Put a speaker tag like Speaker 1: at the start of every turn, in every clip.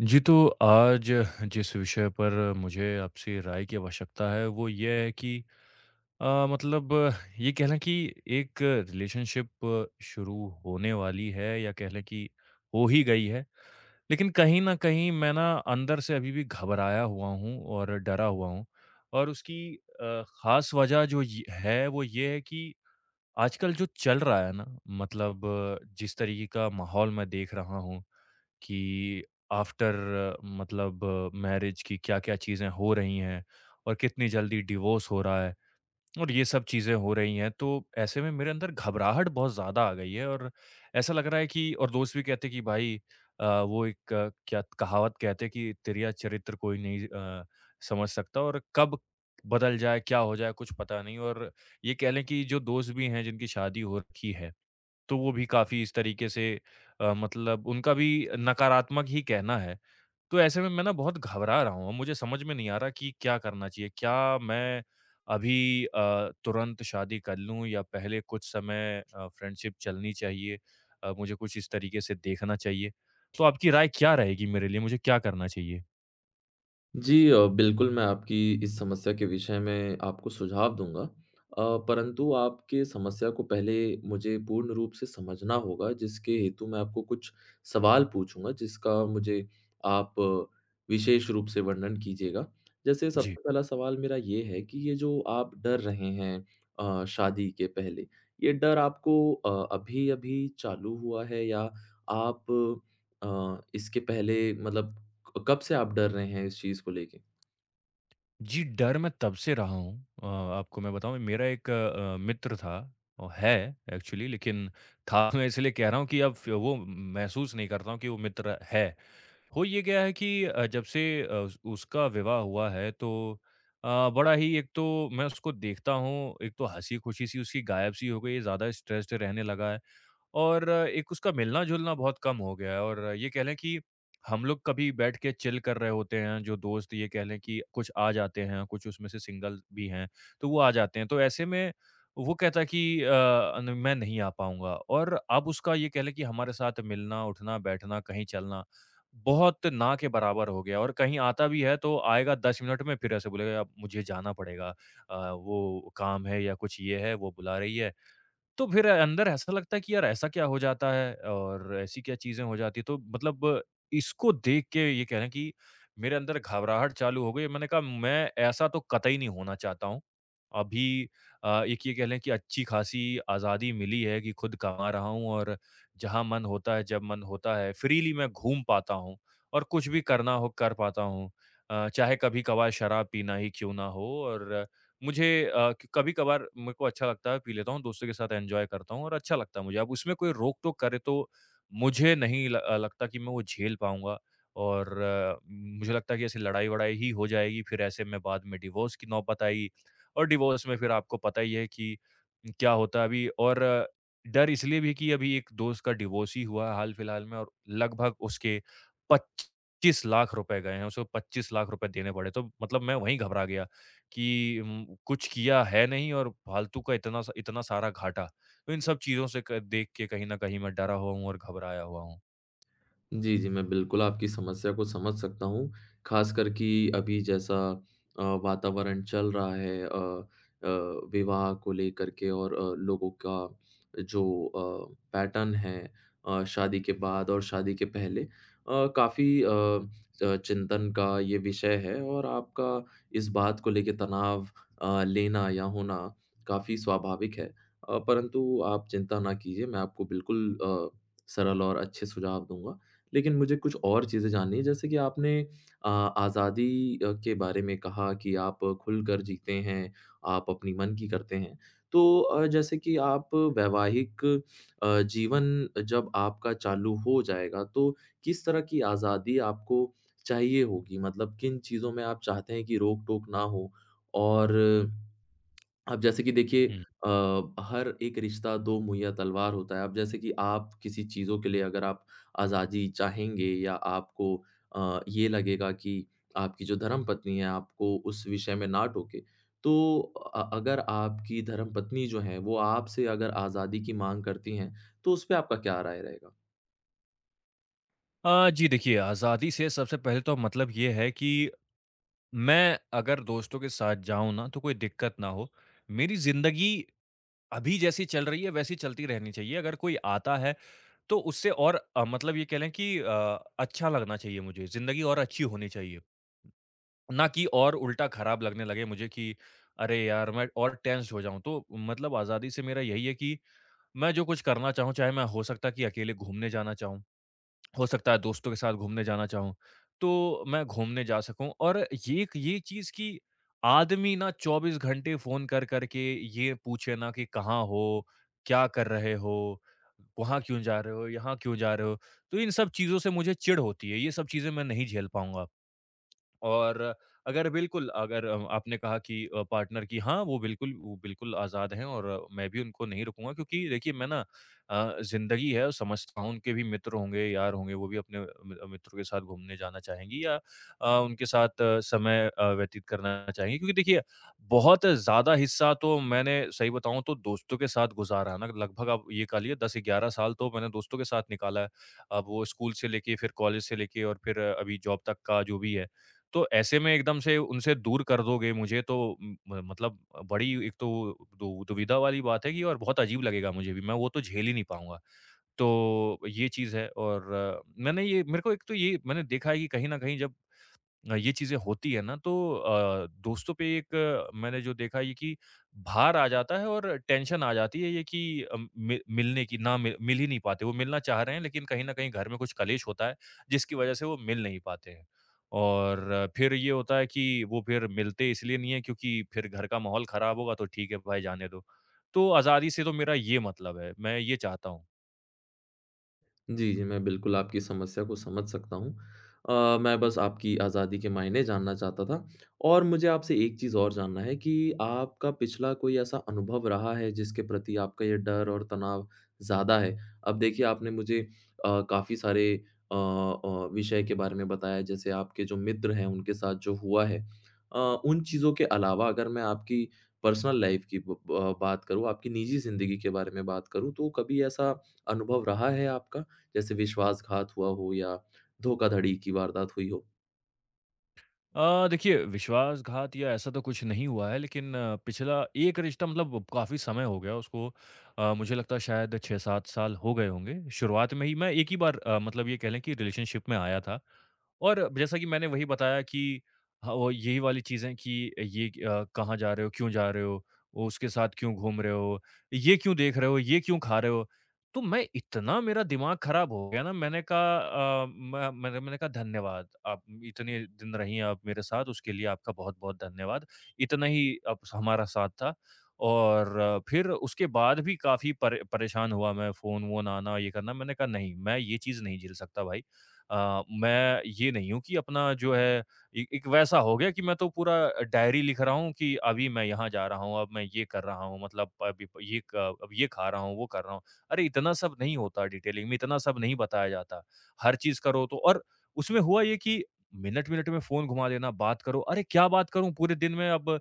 Speaker 1: जी, तो आज जिस विषय पर मुझे आपसे राय की आवश्यकता है, वो ये है कि अ, मतलब ये कह लें कि एक रिलेशनशिप शुरू होने वाली है या कह लें कि हो ही गई है। लेकिन कहीं न कहीं मैं ना अंदर से अभी भी घबराया हुआ हूँ और डरा हुआ हूँ और उसकी ख़ास वजह जो य है, वो ये है कि आजकल जो चल रहा है ना, मतलब जिस तरीके का माहौल मैं देख रहा हूँ कि आफ्टर मतलब मैरिज की क्या-क्या चीज़ें हो रही हैं और कितनी जल्दी डिवोर्स हो रहा है और ये सब चीज़ें हो रही हैं। तो ऐसे में मेरे अंदर घबराहट बहुत ज़्यादा आ गई है और ऐसा लग रहा है कि और दोस्त भी कहते हैं कि भाई वो क्या कहावत कहते हैं कि तेरा चरित्र कोई नहीं समझ सकता और कब बदल जाए, क्या हो जाए कुछ पता नहीं। और ये कह लें कि जो दोस्त भी हैं जिनकी शादी हो रखी है तो वो भी काफ़ी इस तरीके से उनका भी नकारात्मक ही कहना है। तो ऐसे में मैं ना बहुत घबरा रहा हूँ, मुझे समझ में नहीं आ रहा कि क्या करना चाहिए? क्या मैं अभी तुरंत शादी कर लूँ या पहले कुछ समय फ्रेंडशिप चलनी चाहिए? मुझे कुछ इस तरीके से देखना चाहिए। तो आपकी राय क्या रहेगी मेरे लिए, मुझे क्या करना चाहिए?
Speaker 2: जी, बिल्कुल, मैं आपकी इस समस्या के विषय में आपको सुझाव दूँगा। परंतु आपके समस्या को पहले मुझे पूर्ण रूप से समझना होगा, जिसके हेतु मैं आपको कुछ सवाल पूछूँगा, जिसका मुझे आप विशेष रूप से वर्णन कीजिएगा। जैसे
Speaker 1: जी।
Speaker 2: सबसे पहला सवाल मेरा ये है कि ये जो आप डर रहे हैं शादी के पहले, ये डर आपको अभी-अभी चालू हुआ है या आप इसके पहले मतलब क कब से आप डर रहे हैं इस चीज़ को लेके?
Speaker 1: जी, डर मैं तब से रहा हूँ। आपको मैं बताऊँ, मेरा एक मित्र था और है एक्चुअली, लेकिन था मैं इसलिए कह रहा हूँ कि अब फ वो महसूस नहीं करता हूँ कि वो मित्र है। हो ये गया है कि जब से उस उसका विवाह हुआ है तो बड़ा ही एक तो मैं उसको देखता हूँ, एक तो हँसी-खुशी सी उसकी गायब सी हो गई है, ज़्यादा स्ट्रेस्ड रहने लगा है। और एक उसका मिलना-जुलना बहुत कम हो गया है और ये कह लें कि हम लोग कभी बैठ के चिल कर रहे होते हैं, जो दोस्त ये कह लें कि कुछ आ जाते हैं, कुछ उसमें से सिंगल भी हैं, तो वो आ जाते हैं। तो ऐसे में वो कहता है कि न मैं नहीं आ पाऊँगा। और अब उसका ये कह लें कि हमारे साथ मिलना, उठना, बैठना, कहीं चलना, बहुत ना के बराबर हो गया और कहीं आता भी है तो आएगा 10 मिनट में, फिर ऐसे बोलेगा, "अब मुझे जाना पड़ेगा। वो काम है या कुछ ये है, वो बुला रही है।" तो फिर अंदर ऐसा लगता है कि यार ऐसा क्या हो जाता है और ऐसी क्या चीज़ें हो जाती हैं। तो मतलब इसको देख के ये कह रहे हैं कि मेरे अंदर घबराहट चालू हो गई। मैंने कहा मैं ऐसा तो कतई नहीं होना चाहता हूँ। अभी एक ये कह लें कि अच्छी खासी आज़ादी मिली है कि खुद कमा रहा हूँ और जहाँ मन होता है, जब मन होता है, फ्रीली मैं घूम पाता हूँ और कुछ भी करना हो कर पाता हूँ। चाहे कभी-कभार शराब पीना ही क्यों ना हो और मुझे कभी-कभार मेरे को अच्छा लगता है, पी लेता हूँ, दोस्तों के साथ एन्जॉय करता हूँ और अच्छा लगता है मुझे। अब उसमें कोई रोक-टोक करे तो मुझे नहीं लगता कि मैं वो झेल पाऊँगा। और मुझे लगता है कि ऐसे लड़ाई-वड़ाई ही हो जाएगी, फिर ऐसे में बाद में डिवोर्स की नौबत आई और डिवोर्स में फिर आपको पता ही है कि क्या होता है अभी। और डर इसलिए भी कि अभी एक दोस्त का डिवोर्स ही हुआ है हाल-फिलहाल में और लगभग उसके 25 लाख रुपए गए हैं, उसको 25 लाख रुपए देने पड़े, तो मतलब मैं वहीं घबरा गया। कि कुछ किया है नहीं और फालतू का इतना स इतना सारा घाटा। तो इन सब चीज़ों से क देख के कहीं न कहीं मैं डरा हुआ हूँ और घबराया हुआ हूँ।
Speaker 2: जी, जी। मैं बिल्कुल आपकी समस्या को समझ सकता हूँ, ख़ासकर कि अभी जैसा वातावरण चल रहा है अ, विवाह को लेकर के और लोगों का जो पैटर्न है, शादी के बाद और शादी के पहले काफ़ी चिंतन का ये विषय है और आपका इस बात को लेके तनाव लेना या होना काफ़ी स्वाभाविक है। परंतु आप चिंता ना कीजिए, मैं आपको बिल्कुल सरल और अच्छे सुझाव दूँगा। लेकिन मुझे कुछ और चीज़ें जाननी है जैसे कि आपने अ, आज़ादी के बारे में कहा कि आप खुलकर जीते हैं, आप अपनी मन की करते हैं। तो जैसे कि आप वैवाहिक जीवन जब आपका चालू हो जाएगा तो किस तरह की आज़ादी आपको चाहिए होगी? मतलब किन चीज़ों में आप चाहते हैं कि रोक-टोक ना हो? और अब जैसे कि देखिए,
Speaker 1: हुँ।
Speaker 2: हर एक रिश्ता दो मुहैया तलवार होता है। अब जैसे कि आप किसी चीज़ों के लिए अगर आप आज़ादी चाहेंगे या आपको ये लगेगा कि आपकी जो धर्मपत्नी है आपको उस विषय में ना टोके, तो अगर आपकी धर्मपत्नी जो है वो आपसे अगर आज़ादी की माँग करती हैं, तो उस पे आपका क्या राय रहेगा?
Speaker 1: जी देखिए, आज़ादी से सबसे पहले तो मतलब ये है कि मैं अगर दोस्तों के साथ जाऊँ ना, तो कोई दिक्कत ना हो। मेरी ज़िंदगी अभी जैसी चल रही है, वैसी चलती रहनी चाहिए। अगर कोई आता है, तो उससे और ये कह लें कि अच्छा लगना चाहिए मुझे, ज़िंदगी और अच्छी होनी चाहिए। ना कि और उल्टा खराब लगने लगे मुझे कि अरे यार मैं और टेंस्ड हो जाऊँ। तो मतलब आज़ादी से मेरा यही है कि मैं जो कुछ करना चाहूँ, चाहे मैं हो सकता है कि अकेले घूमने जाना चाहूँ, हो सकता है दोस्तों के साथ घूमने जाना चाहूँ, तो मैं घूमने जा सकूँ। और ये एक ये चीज़ कि आदमी ना 24 घंटे फ़ोन कर कर के ये पूछे ना कि कहाँ हो? क्या कर रहे हो? वहाँ क्यों जा रहे हो? यहाँ क्यों जा रहे हो? तो इन सब चीज़ों से मुझे चिढ़ होती है। ये सब चीज़ें मैं नहीं झेल पाऊँगा। और अगर बिल्कुल अगर आपने कहा कि पार्टनर की हाँ, वो बिल्कुल आज़ाद हैं और मैं भी उनको नहीं रोकूँगा क्योंकि देखिए मैं ना ज़िंदगी है और समझता हूँ उनके भी मित्र होंगे, यार होंगे, वो भी अपने मि मित्रों के साथ घूमने जाना चाहेंगी या उनके साथ समय व्यतीत करना चाहेंगी क्योंकि देखिए बहुत ज़्यादा हिस्सा तो मैंने सही बताऊँ तो दोस्तों के साथ गुज़ारा है ना, लगभग आप ये कह लीजिए 10-11 साल तो मैंने दोस्तों के साथ निकाला है। अब वो स्कूल से लेके फिर कॉलेज से लेके और फिर अभी जॉब तक का जो भी है। तो ऐसे में एकदम से उनसे दूर कर दोगे मुझे तो म म मतलब बड़ी एक तो दु दुविधा वाली बात है कि और बहुत अजीब लगेगा मुझे भी, मैं वो तो झेल ही नहीं पाऊँगा। तो ये चीज़ है और मैंने ये मेरे को एक तो ये मैंने देखा है कि कहीं न कहीं जब ये चीज़ें होती है ना तो दोस्तों पे एक मैंने जो देखा ये कि भार आ जाता है और टेंशन आ जाती है ये कि मि मिलने की ना मिल मिल ही नहीं पाते। वो मिलना चाह रहे हैं लेकिन कहीं न कहीं घर में कुछ कलेश होता है जिसकी वज़ह से वो मिल नहीं पाते हैं। और फिर ये होता है कि वो फिर मिलते इसलिए नहीं है क्योंकि फिर घर का माहौल ख़राब होगा तो ठीक है भाई जाने दो। तो आज़ादी से तो मेरा ये मतलब है, मैं ये चाहता हूँ।
Speaker 2: जी, जी। मैं बिल्कुल आपकी समस्या को समझ सकता हूँ। मैं बस आपकी आज़ादी के मायने जानना चाहता था और मुझे आपसे एक चीज़ और जानना है कि आपका पिछला कोई ऐसा अनुभव रहा है जिसके प्रति आपका ये डर और तनाव ज़्यादा है? अब देखिए आपने मुझे काफ़ी सारे विषय के बारे में बताया जैसे आपके जो मित्र हैं उनके साथ जो हुआ है। अ, उन चीज़ों के अलावा अगर मैं आपकी पर्सनल लाइफ़ की ब ब बात करूँ, आपकी निजी ज़िंदगी के बारे में बात करूँ तो कभी ऐसा अनुभव रहा है आपका? जैसे विश्वासघात हुआ हो या धोखाधड़ी की वारदात हुई हो।
Speaker 1: देखिए, विश्वासघात या ऐसा तो कुछ नहीं हुआ है, लेकिन पिछला एक रिश्ता मतलब काफ़ी समय हो गया उसको, मुझे लगता है शायद 6-7 साल हो गए होंगे। शुरुआत में ही मैं एक ही बार ये कह लें कि रिलेशनशिप में आया था। और जैसा कि मैंने वही बताया कि हाँ, वो यही वाली चीज़ें कि ये कहाँ जा रहे हो? क्यों जा रहे हो? वो उसके साथ क्यों घूम रहे हो? ये क्यों देख रहे हो? ये क्यों खा रहे हो? तो मैं इतना मेरा दिमाग ख़राब हो गया ना, मैंने कहा म मैंने मैंने कहा धन्यवाद, आप इतने दिन रहीं आप मेरे साथ, उसके लिए आपका बहुत-बहुत धन्यवाद। इतना ही आप हमारा साथ था। और फिर उसके बाद भी काफ़ी परेशान हुआ मैं, फ़ोन-वोन आना ये करना, मैंने कहा नहीं, मैं ये चीज़ नहीं झेल सकता भाई। मैं ये नहीं हूँ कि अपना जो है ए एक वैसा हो गया कि मैं तो पूरा डायरी लिख रहा हूँ कि अभी मैं यहाँ जा रहा हूँ, अब मैं ये कर रहा हूँ, मतलब अभी ये क अब ये खा रहा हूँ, वो कर रहा हूँ। अरे इतना सब नहीं होता डिटेलिंग में, इतना सब नहीं बताया जाता। हर चीज़ करो तो, और उसमें हुआ ये कि मिनट-मिनट में फ़ोन घुमा देना, बात करो। अरे क्या बात करूँ पूरे दिन में? अब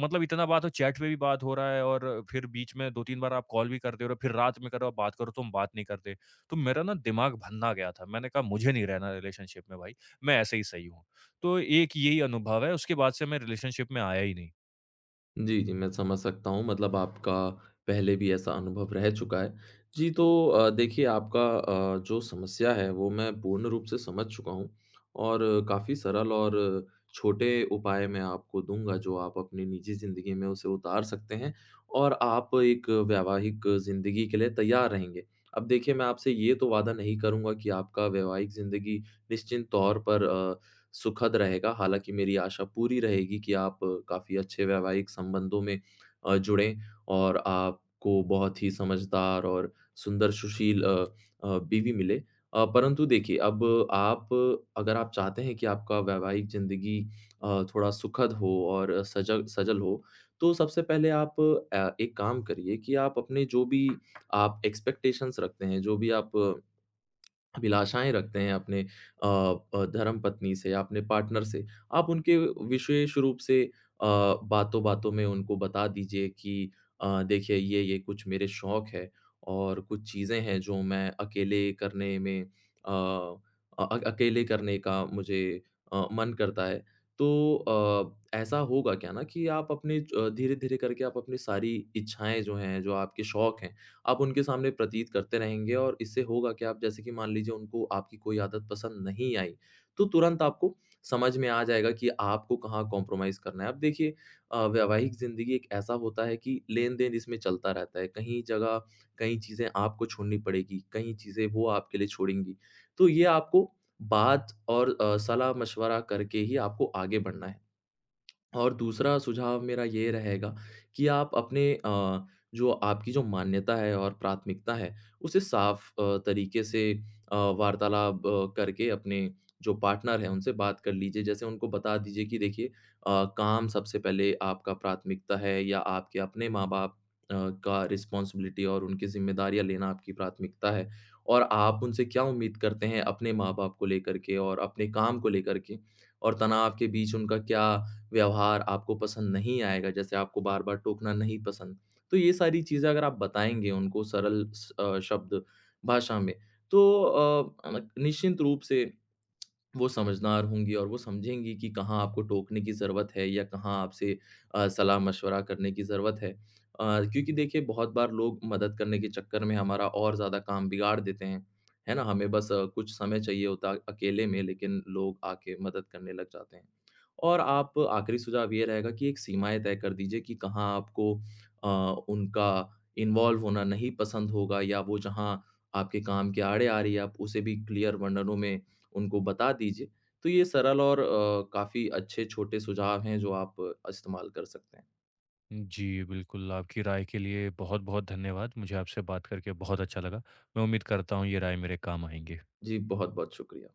Speaker 1: मतलब इतना बात हो, चैट पे भी बात हो रहा है और फिर बीच में 2-3 बार आप कॉल भी कर दे रहे हो, और फिर रात में करो, बात करो, तुम बात नहीं करते। तो मेरा ना दिमाग भन्ना गया था। मैंने कहा मुझे नहीं रहना रिलेशनशिप में भाई, मैं ऐसे ही सही हूँ। तो एक यही अनुभव है, उसके बाद से मैं रिलेशनशिप में आया ही नहीं।
Speaker 2: जी, जी, मैं समझ सकता हूँ मतलब आपका पहले भी ऐसा अनुभव रह चुका है। जी, तो देखिए आपका जो समस्या है वो मैं पूर्ण रूप से समझ चुका हूँ और काफ़ी सरल और छोटे उपाय मैं आपको दूँगा जो आप अपनी निजी ज़िंदगी में उसे उतार सकते हैं और आप एक वैवाहिक ज़िंदगी के लिए तैयार रहेंगे। अब देखिए मैं आपसे ये तो वादा नहीं करूँगा कि आपका वैवाहिक ज़िंदगी निश्चित तौर पर सुखद रहेगा। हालाँकि मेरी आशा पूरी रहेगी कि आप काफ़ी अच्छे वैवाहिक संबंधों में जुड़ें और आपको बहुत ही समझदार और सुंदर सुशील बीवी मिले। परंतु देखिए अब आप, अगर आप चाहते हैं कि आपका वैवाहिक ज़िंदगी थोड़ा सुखद हो और सजग सजल हो, तो सबसे पहले आप एक काम करिए कि आप अपने जो भी आप एक्सपेक्टेशंस रखते हैं, जो भी आप अभिलाषाएँ रखते हैं अपने धर्मपत्नी से या अपने पार्टनर से, आप उनके विशेष रूप से बातों-बातों में उनको बता दीजिए कि देखिए ये कुछ मेरे शौक है और कुछ चीज़ें हैं जो मैं अकेले करने में अकेले करने का मुझे मन करता है। तो ऐसा होगा क्या ना कि आप अपने धीरे-धीरे करके आप अपनी सारी इच्छाएँ जो हैं, जो आपके शौक हैं, आप उनके सामने प्रतीत करते रहेंगे और इससे होगा क्या, आप जैसे कि मान लीजिए उनको आपकी कोई आदत पसंद नहीं आई, तो तुरंत आपको समझ में आ जाएगा कि आपको कहाँ कॉम्प्रोमाइज़ करना है। अब देखिए वैवाहिक ज़िंदगी एक ऐसा होता है कि लेन-देन इसमें चलता रहता है। कहीं जगह, कहीं चीज़ें आपको छोड़नी पड़ेगी, कहीं चीज़ें वो आपके लिए छोड़ेंगी। तो ये आपको बात और सलाह-मशवरा करके ही आपको आगे बढ़ना है। और दूसरा सुझाव मेरा ये रहेगा कि आप अपने जो आपकी जो मान्यता है और प्राथमिकता है, उसे साफ तरीके से वार्तालाप करके अपने जो पार्टनर हैं, उनसे बात कर लीजिए। जैसे उनको बता दीजिए कि देखिए, काम सबसे पहले आपका प्राथमिकता है या आपके अपने माँ-बाप अ, का रिस्पॉन्सिबिलिटी और उनकी ज़िम्मेदारियाँ लेना आपकी प्राथमिकता है और आप उनसे क्या उम्मीद करते हैं अपने माँ-बाप को लेकर के और अपने काम को लेकर के और तनाव के बीच उनका क्या व्यवहार आपको पसंद नहीं आएगा, जैसे आपको बार-बार टोकना नहीं पसंद। तो ये सारी चीज़ें अगर आप बताएँगे उनको सरल शब्द भाषा में, तो निश्चिंत रूप से वो समझदार होंगी और वो समझेंगी कि कहाँ आपको टोकने की ज़रूरत है या कहाँ आपसे सलाह-मशवरा करने की ज़रूरत है। क्योंकि देखिए बहुत बार लोग मदद करने के चक्कर में हमारा और ज़्यादा काम बिगाड़ देते हैं, है ना? हमें बस कुछ समय चाहिए होता है अकेले में लेकिन लोग आके मदद करने लग जाते हैं। और आप आखिरी सुझाव ये रहेगा कि एक सीमाएँ तय कर दीजिए कि कहाँ आपको अ, उनका इन्वॉल्व होना नहीं पसंद होगा या वो जहाँ आपके काम के आड़े आ रही है, आप उसे भी क्लियर वर्णनों में उनको बता दीजिए। तो ये सरल और काफ़ी अच्छे छोटे सुझाव हैं जो आप इस्तेमाल कर सकते हैं।
Speaker 1: जी, बिल्कुल, आपकी राय के लिए बहुत-बहुत धन्यवाद। मुझे आपसे बात करके बहुत अच्छा लगा। मैं उम्मीद करता हूँ ये राय मेरे काम आएँगे।
Speaker 2: जी, बहुत-बहुत शुक्रिया।